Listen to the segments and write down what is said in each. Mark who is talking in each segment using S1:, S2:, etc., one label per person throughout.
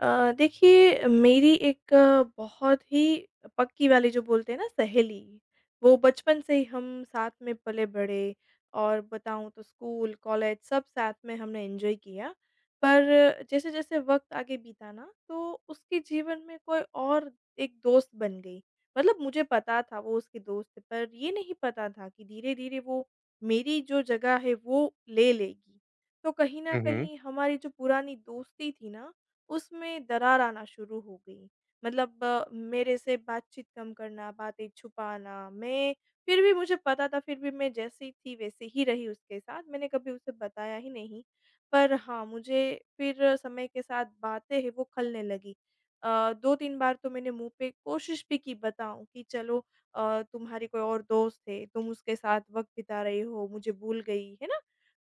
S1: देखिए मेरी एक बहुत ही पक्की वाली जो बोलते हैं ना सहेली, वो बचपन से ही हम साथ में पले-बढ़े और बताऊँ तो स्कूल, कॉलेज सब साथ में हमने एन्जॉय किया। पर जैसे-जैसे वक़्त आगे बीता ना तो उसके जीवन में कोई और एक दोस्त बन गई। मतलब मुझे पता था वो उसकी दोस्त है पर ये नहीं पता था कि धीरे-धीरे वो मेरी जो जगह है वो ले लेगी। तो कहीं न
S2: हुँ, हुँ।
S1: कहीं हमारी जो पुरानी दोस्ती थी ना उसमें दरार आना शुरू हो गई। मतलब मेरे से बातचीत कम करना, बातें छुपाना, मैं फिर भी मुझे पता था फिर भी मैं जैसी थी वैसी ही रही उसके साथ, मैंने कभी उसे बताया ही नहीं। पर हाँ, मुझे फिर समय के साथ बातें हैं वो खलने लगी। 2-3 बार तो मैंने मुँह पे कोशिश भी की बताऊँ कि चलो तुम्हारी कोई और दोस्त है, तुम उसके साथ वक़्त बिता रही हो, मुझे भूल गई, है ना?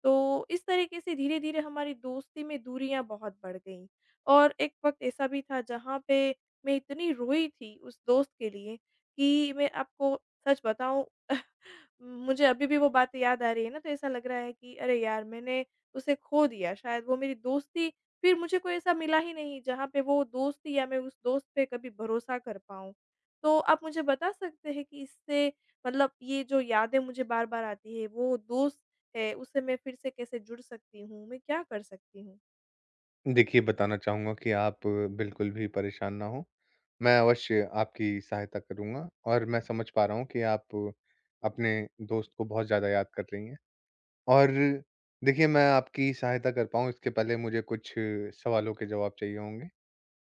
S1: तो इस तरीके से धीरे-धीरे हमारी दोस्ती में दूरियाँ बहुत बढ़ गईं और एक वक़्त ऐसा भी था जहाँ पे मैं इतनी रोई थी उस दोस्त के लिए कि मैं आपको सच बताऊँ। मुझे अभी भी वो बातें याद आ रही है ना तो ऐसा लग रहा है कि अरे यार! मैंने उसे खो दिया शायद वो मेरी दोस्ती। फिर मुझे कोई ऐसा मिला ही नहीं जहाँ पे वो दोस्ती या मैं उस दोस्त पे कभी भरोसा कर पाऊँ। तो आप मुझे बता सकते हैं कि इससे मतलब ये जो यादें मुझे बार-बार आती है वो दोस्त है, उससे मैं फिर से कैसे जुड़ सकती हूँ? मैं क्या कर सकती हूँ?
S2: देखिए, बताना चाहूँगा कि आप बिल्कुल भी परेशान ना हों। मैं अवश्य आपकी सहायता करूँगा और मैं समझ पा रहा हूँ कि आप अपने दोस्त को बहुत ज़्यादा याद कर रही हैं। और देखिए, मैं आपकी सहायता कर पाऊँ इसके पहले मुझे कुछ सवालों के जवाब चाहिए होंगे,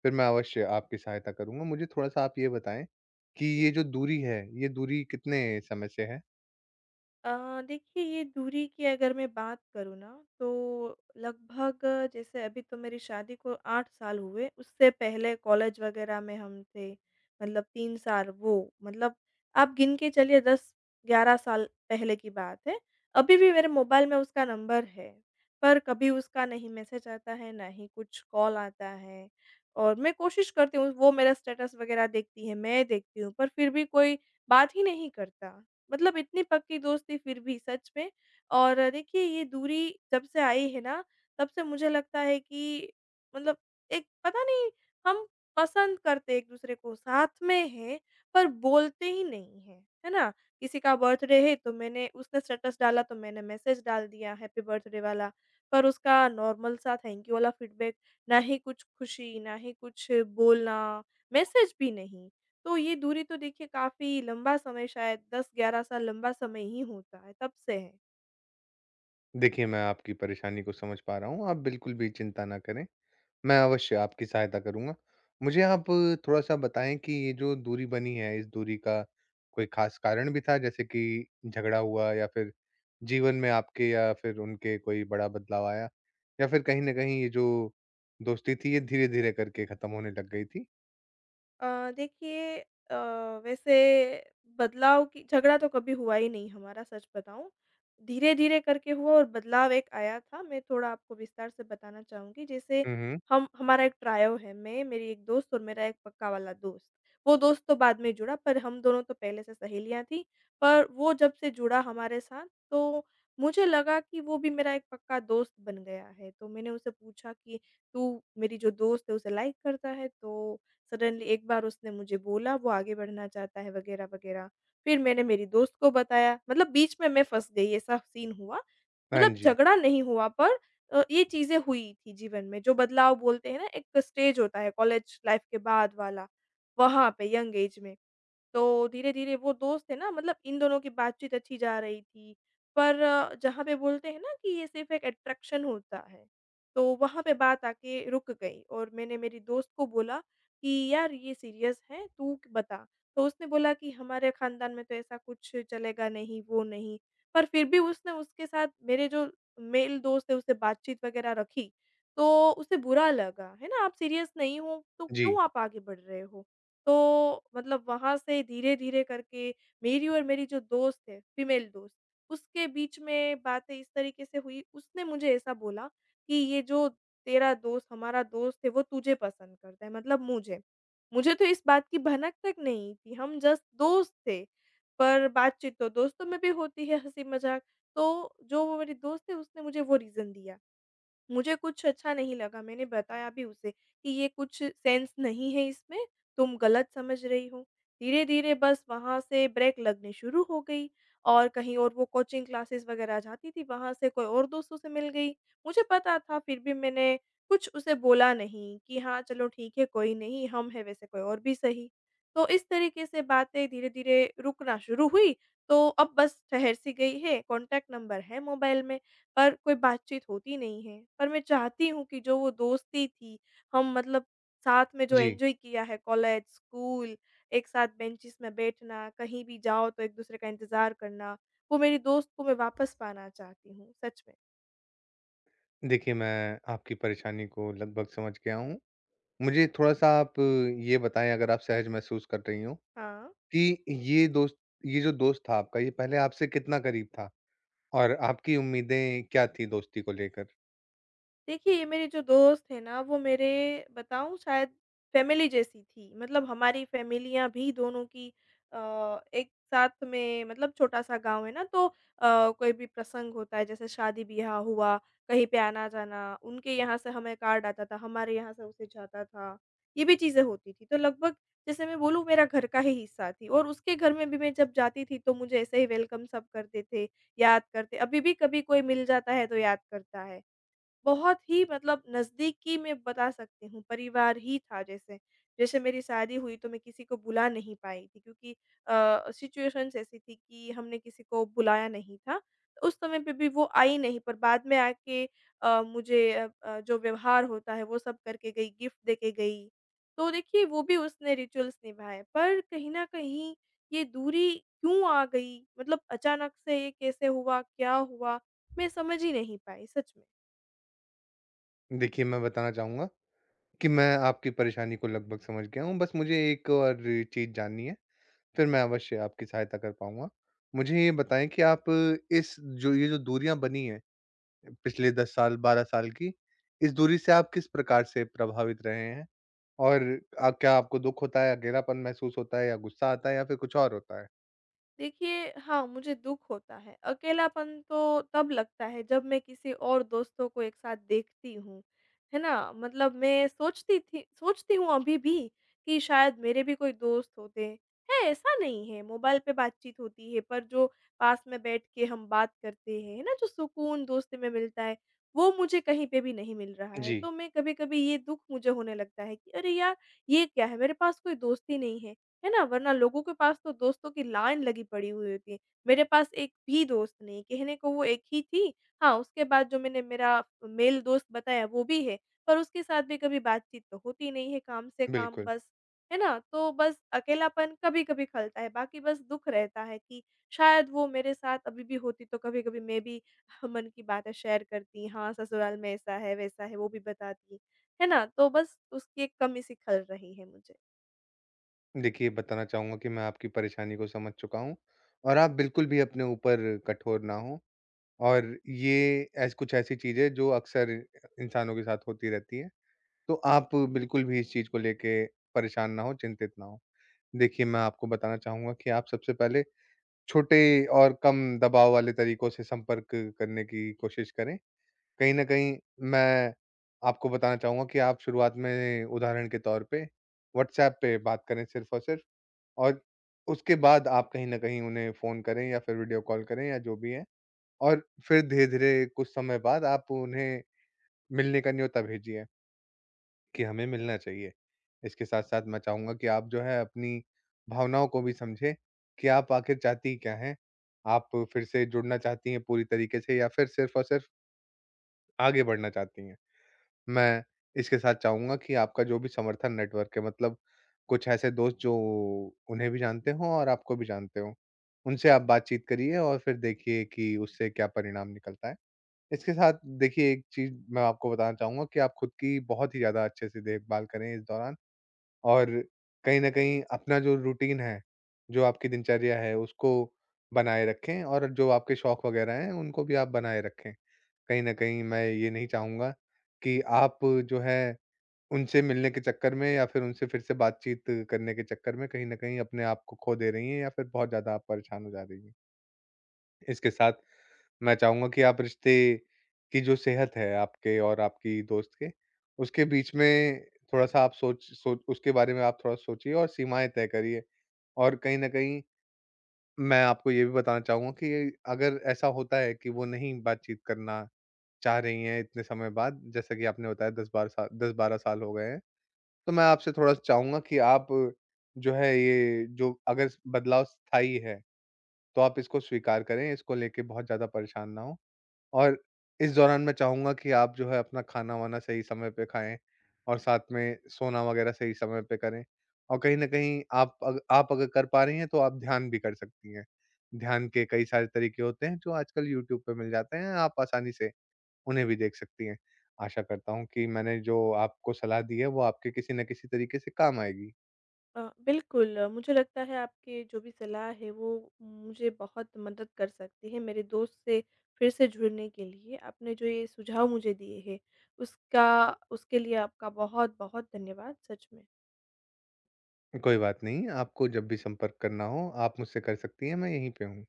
S2: फिर मैं अवश्य आपकी सहायता करूँगा। मुझे थोड़ा-सा आप ये बताएँ कि ये जो दूरी है, ये दूरी कितने समय से है?
S1: देखिए ये दूरी की अगर मैं बात करूँ ना तो लगभग जैसे अभी तो मेरी शादी को 8 साल हुए, उससे पहले कॉलेज वग़ैरह में हम थे, मतलब 3 साल वो मतलब आप गिन के चलिए 10-11 साल पहले की बात है। अभी भी मेरे मोबाइल में उसका नंबर है, पर कभी उसका नहीं मैसेज आता है, ना ही कुछ कॉल आता है और मैं कोशिश करती हूँ, वो मेरा स्टेटस वग़ैरह देखती है, मैं देखती हूँ पर फिर भी कोई बात ही नहीं करता। मतलब इतनी पक्की दोस्ती फिर भी सच में। और देखिए ये दूरी जब से आई है ना, तब से मुझे लगता है कि मतलब एक पता नहीं हम पसंद करते एक-दूसरे को साथ में हैं, पर बोलते ही नहीं हैं, है ना? किसी का बर्थडे है तो मैंने उसने स्टेटस डाला तो मैंने मैसेज डाल दिया हैप्पी बर्थडे वाला, पर उसका नॉर्मल सा थैंक यू वाला फीडबैक, ना ही कुछ खुशी, ना ही कुछ बोलना, मैसेज भी नहीं। तो ये दूरी तो देखिए काफ़ी लंबा समय शायद 10-11 साल लंबा समय ही होता है, तब से है।
S2: देखिए, मैं आपकी परेशानी को समझ पा रहा हूँ, आप बिल्कुल भी चिंता ना करें। मैं अवश्य आपकी सहायता करूँगा। मुझे आप थोड़ा-सा बताएँ कि ये जो दूरी बनी है, इस दूरी का कोई ख़ास कारण भी था? जैसे कि झगड़ा हुआ, या फिर जीवन में आपके या फिर उनके कोई बड़ा बदलाव आया? या फिर कहीं न कहीं ये जो दोस्ती थी, ये धीरे-धीरे करके ख़त्म होने लग गई थी?
S1: देखिए अ, वैसे बदलाव की झगड़ा तो कभी हुआ ही नहीं हमारा सच बताऊँ। धीरे-धीरे करके हुआ और बदलाव एक आया था, मैं थोड़ा आपको विस्तार से बताना चाहूँगी। जैसे
S2: हुँ, हुँ।
S1: हम हमारा एक ट्रायो है, मैं, मेरी एक दोस्त और मेरा एक पक्का वाला दोस्त। वो दोस्त तो बाद में जुड़ा पर हम दोनों तो पहले से सहेलियाँ थीं, पर वो जब से जुड़ा हमारे साथ तो मुझे लगा कि वो भी मेरा एक पक्का दोस्त बन गया है। तो मैंने उससे पूछा कि, "तू मेरी जो दोस्त है उसे लाइक करता है?" तो सडनली एक बार उसने मुझे बोला वो आगे बढ़ना चाहता है वगैरह, वगैरह। फिर मैंने मेरी दोस्त को बताया, मतलब बीच में मैं फँस गई ऐसा सीन हुआ।
S2: हाँ
S1: मतलब
S2: जी।
S1: झगड़ा नहीं हुआ पर ये चीज़ें हुई थी जीवन में, जो बदलाव बोलते हैं ना एक स्टेज होता है कॉलेज लाइफ़ के बाद वाला, वहाँ पे यंग एज में। तो धीरे-धीरे वो दोस्त है ना मतलब इन दोनों की बातचीत अच्छी जा रही थी। पर जहाँ पे बोलते हैं ना कि ये सिर्फ़ एक अट्रैक्शन होता है, तो वहाँ पे बात आके रुक गई और मैंने मेरी दोस्त को बोला कि यार ये सीरियस है, बता। तो उसने बोला कि हमारे ख़ानदान में तो ऐसा कुछ चलेगा नहीं, वो नहीं। पर फिर भी उसने उसके साथ मेरे जो मेल दोस्त है उससे बातचीत वग़ैरह रखी, तो उसे बुरा लगा, है ना? आप सीरियस नहीं हो तो
S2: जी,
S1: क्यों आप आगे बढ़ रहे हो? तो मतलब वहाँ से धीरे-धीरे करके मेरी और मेरी जो दोस्त है, फीमेल दोस्त, उसके बीच में बातें इस तरीके से हुई, उसने मुझे ऐसा बोला कि ये जो तेरा दोस्त, हमारा दोस्त है, वो तुझे पसंद करता है, मतलब मुझे। मुझे तो इस बात की भनक तक नहीं थी, हम जस्ट दोस्त थे, पर बातचीत तो दोस्तों में भी होती है, हँसी-मज़ाक। तो जो वो मेरी दोस्त है, उसने मुझे वो रीज़न दिया। मुझे कुछ अच्छा नहीं लगा, मैंने बताया भी उसे कि ये कुछ सेंस नहीं है इसमें, तुम गलत समझ रही हो। धीरे-धीरे बस वहाँ से ब्रेक लगनी शुरू हो गई और कहीं और वो कोचिंग क्लासेस वगैरह जाती थी, वहाँ से कोई और दोस्तों से मिल गई। मुझे पता था फिर भी मैंने कुछ उसे बोला नहीं कि हाँ, चलो ठीक है, कोई नहीं, हम हैं वैसे कोई और भी सही। तो इस तरीके से बातें धीरे-धीरे रुकना शुरू हुई, तो अब बस ठहर सी गई है, कॉन्टैक्ट नंबर है मोबाइल में। पर कोई बातचीत होती नहीं है। पर मैं चाहती हूँ कि जो वो दोस्ती थी, हम मतलब साथ में जो
S2: जी।
S1: एन्जॉय किया है कॉलेज, स्कूल, एक साथ बेंचेस में बैठना, कहीं भी जाओ तो एक-दूसरे का इंतज़ार करना, वो मेरी दोस्त को मैं वापस पाना चाहती हूँ, सच में।
S2: देखिए, मैं आपकी परेशानी को लगभग समझ गया हूँ। मुझे थोड़ा-सा आप ये बताएँ, अगर आप सहज महसूस कर रही हों,
S1: हाँ।
S2: कि ये जो दोस्त था आपका, ये पहले आपसे कितना करीब था? और आपकी उम्मीदें क्या थी दोस्ती को लेकर?
S1: देखिए, ये मेरे जो दोस्त हैं ना, वो मेरे बताऊँ शायद फ़ैमिली जैसी थी। मतलब हमारी फ़ैमिलियाँ भी दोनों की अ, एक साथ में मतलब छोटा-सा गाँव है ना, तो कोई भी प्रसंग होता है, जैसे शादी-ब्याह हुआ, कहीं पे आना-जाना, उनके यहाँ से हमें कार्ड आता था, हमारे यहाँ से उसे जाता था। ये भी चीज़ें होती थी। तो लगभग जैसे मैं बोलूँ, मेरा घर का ही हिस्सा थी और उसके घर में भी मैं जब जाती थी, तो मुझे ऐसे ही वेलकम सब करते थे, याद करते अभी भी कभी कोई मिल जाता है, तो याद करता है। बहुत ही मतलब नज़दीकी में बता सकती हूँ, परिवार ही था जैसे। जैसे मेरी शादी हुई तो मैं किसी को बुला नहीं पाई थी क्योंकि सिचुएशंस ऐसी थी कि हमने किसी को बुलाया नहीं था। तो उस समय पे भी वो आई नहीं पर बाद में आके मुझे जो व्यवहार होता है वो सब करके गई, गिफ्ट दे के गई। तो देखिए वो भी उसने रिचुअल्स निभाए पर कहीं न कहीं ये दूरी क्यों आ गई? मतलब अचानक से ये कैसे हुआ? क्या हुआ? मैं समझ ही नहीं पाई सच में।
S2: देखिए, मैं बताना चाहूँगा कि मैं आपकी परेशानी को लगभग समझ गया हूँ, बस मुझे एक और चीज़ जाननी है, फिर मैं अवश्य आपकी सहायता कर पाऊँगा। मुझे ये बताएँ कि आप इस जो ये जो दूरियाँ बनी हैं, पिछले 10 साल, 12 साल की, इस दूरी से आप किस प्रकार से प्रभावित रहे हैं? और क्या आपको दुःख होता है, अकेलापन महसूस होता है, या गुस्सा आता है, या फिर कुछ और होता है?
S1: देखिए, हाँ, मुझे दुःख होता है। अकेलापन तो तब लगता है जब मैं किसी और दोस्तों को एक साथ देखती हूँ, है ना? मतलब मैं सोचती थी सोचती हूँ अभी भी कि शायद मेरे भी कोई दोस्त होते। है, ऐसा नहीं है, मोबाइल पे बातचीत होती है पर जो पास में बैठ के हम बात करते हैं, है ना? जो सुकून दोस्ती में मिलता है, वो मुझे कहीं पे भी नहीं मिल रहा है।
S2: जी,
S1: तो मैं कभी-कभी ये दुःख मुझे होने लगता है कि अरे यार! ये क्या है? मेरे पास कोई दोस्त ही नहीं है। है ना? वरना लोगों के पास तो दोस्तों की लाइन लगी पड़ी हुई होती है। मेरे पास एक भी दोस्त नहीं, कहने को वो एक ही थी। हाँ, उसके बाद जो मैंने मेरा मेल दोस्त बताया वो भी है, पर उसके साथ भी कभी बातचीत तो होती नहीं है, काम से काम
S2: बिल्कुल।
S1: बस। है ना? तो बस अकेलापन कभी-कभी खलता है, बाकी बस दुःख रहता है कि शायद वो मेरे साथ अभी भी होती तो कभी-कभी मैं भी मन की बातें शेयर करती, हाँ, ससुराल में ऐसा है, वैसा है, वो भी बताती। है ना? तो बस उसकी एक कमी-सी खल रही है मुझे।
S2: देखिए, बताना चाहूँगा कि मैं आपकी परेशानी को समझ चुका हूँ और आप बिल्कुल भी अपने ऊपर कठोर ना हों, और ये ऐस कुछ ऐसी चीज़ है जो अक्सर इंसानों के साथ होती रहती है। तो आप बिल्कुल भी इस चीज़ को लेके परेशान ना हों, चिंतित ना हों। देखिए, मैं आपको बताना चाहूँगा कि आप सबसे पहले छोटे और कम दबाव वाले तरीकों से संपर्क करने की कोशिश करें। कहीं न कहीं मैं आपको बताना चाहूँगा कि आप शुरुआत में, उदाहरण के तौर पे, व्हाट्सऐप पे बात करें, सिर्फ़। और उसके बाद आप कहीं न कहीं उन्हें फ़ोन करें या फिर वीडियो कॉल करें या जो भी है, और फिर धीरे-धीरे कुछ समय बाद आप उन्हें मिलने का न्योता भेजिए कि हमें मिलना चाहिए। इसके साथ-साथ मैं चाहूँगा कि आप जो है अपनी भावनाओं को भी समझें कि आप आखिर चाहती क्या हैं? आप फिर से जुड़ना चाहती हैं पूरी तरीके से, या फिर सिर्फ़ और सिर्फ़ आगे बढ़ना चाहती हैं? मैं इसके साथ चाहूँगा कि आपका जो भी समर्थन नेटवर्क है, मतलब कुछ ऐसे दोस्त जो उन्हें भी जानते हों और आपको भी जानते हों, उनसे आप बातचीत करिए और फिर देखिए कि उससे क्या परिणाम निकलता है। इसके साथ देखिए, एक चीज़ मैं आपको बताना चाहूँगा कि आप खुद की बहुत ही ज़्यादा अच्छे से देखभाल करें इस दौरान, और कहीं न कहीं अपना जो रूटीन है, जो आपकी दिनचर्या है उसको बनाए रखें, और जो आपके शौक वग़ैरह हैं उनको भी आप बनाए रखें। कहीं न कहीं मैं ये नहीं चाहूँगा कि आप जो है, उनसे मिलने के चक्कर में या फिर उनसे फिर से बातचीत करने के चक्कर में कहीं न कहीं अपने आप को खो दे रही हैं या फिर बहुत ज़्यादा आप परेशान हो जा रही हैं। इसके साथ मैं चाहूँगा कि आप रिश्ते की जो सेहत है आपके और आपकी दोस्त के, उसके बीच में थोड़ा-सा आप सोच सोच उसके बारे में आप थोड़ा सोचिए और सीमाएँ तय करिए। और कहीं न कहीं मैं आपको ये भी बताना चाहूँगा कि अगर ऐसा होता है कि वो नहीं बातचीत करना चाह रही हैं इतने समय बाद, जैसा कि आपने बताया 10-12 साल हो गए हैं। तो मैं आपसे थोड़ा चाहूँगा कि आप जो है, ये जो अगर बदलाव स्थायी है, तो आप इसको स्वीकार करें, इसको लेके बहुत ज़्यादा परेशान ना हों। और इस दौरान मैं चाहूँगा कि आप जो है अपना खाना-वाना सही समय पे खाएँ और साथ में सोना वगैरह सही समय पे करें। और कहीं न कहीं आप अग आप अगर कर पा रही हैं, तो आप ध्यान भी कर सकती हैं। ध्यान के कई सारे तरीके होते हैं जो आजकल यूट्यूब पे मिल जाते हैं, आप आसानी से उन्हें भी देख सकती हैं। आशा करता हूँ कि मैंने जो आपको सलाह दी है वो आपके किसी न किसी तरीके से काम आएगी।
S1: बिल्कुल, मुझे लगता है आपकी जो भी सलाह है वो मुझे बहुत मदद कर सकती है मेरे दोस्त से फिर से जुड़ने के लिए। आपने जो ये सुझाव मुझे दिए हैं उसका उसके लिए आपका बहुत-बहुत धन्यवाद सच में।
S2: कोई बात नहीं, आपको जब भी संपर्क करना हो, आप मुझसे कर सकती हैं, मैं यहीं पे हूँ।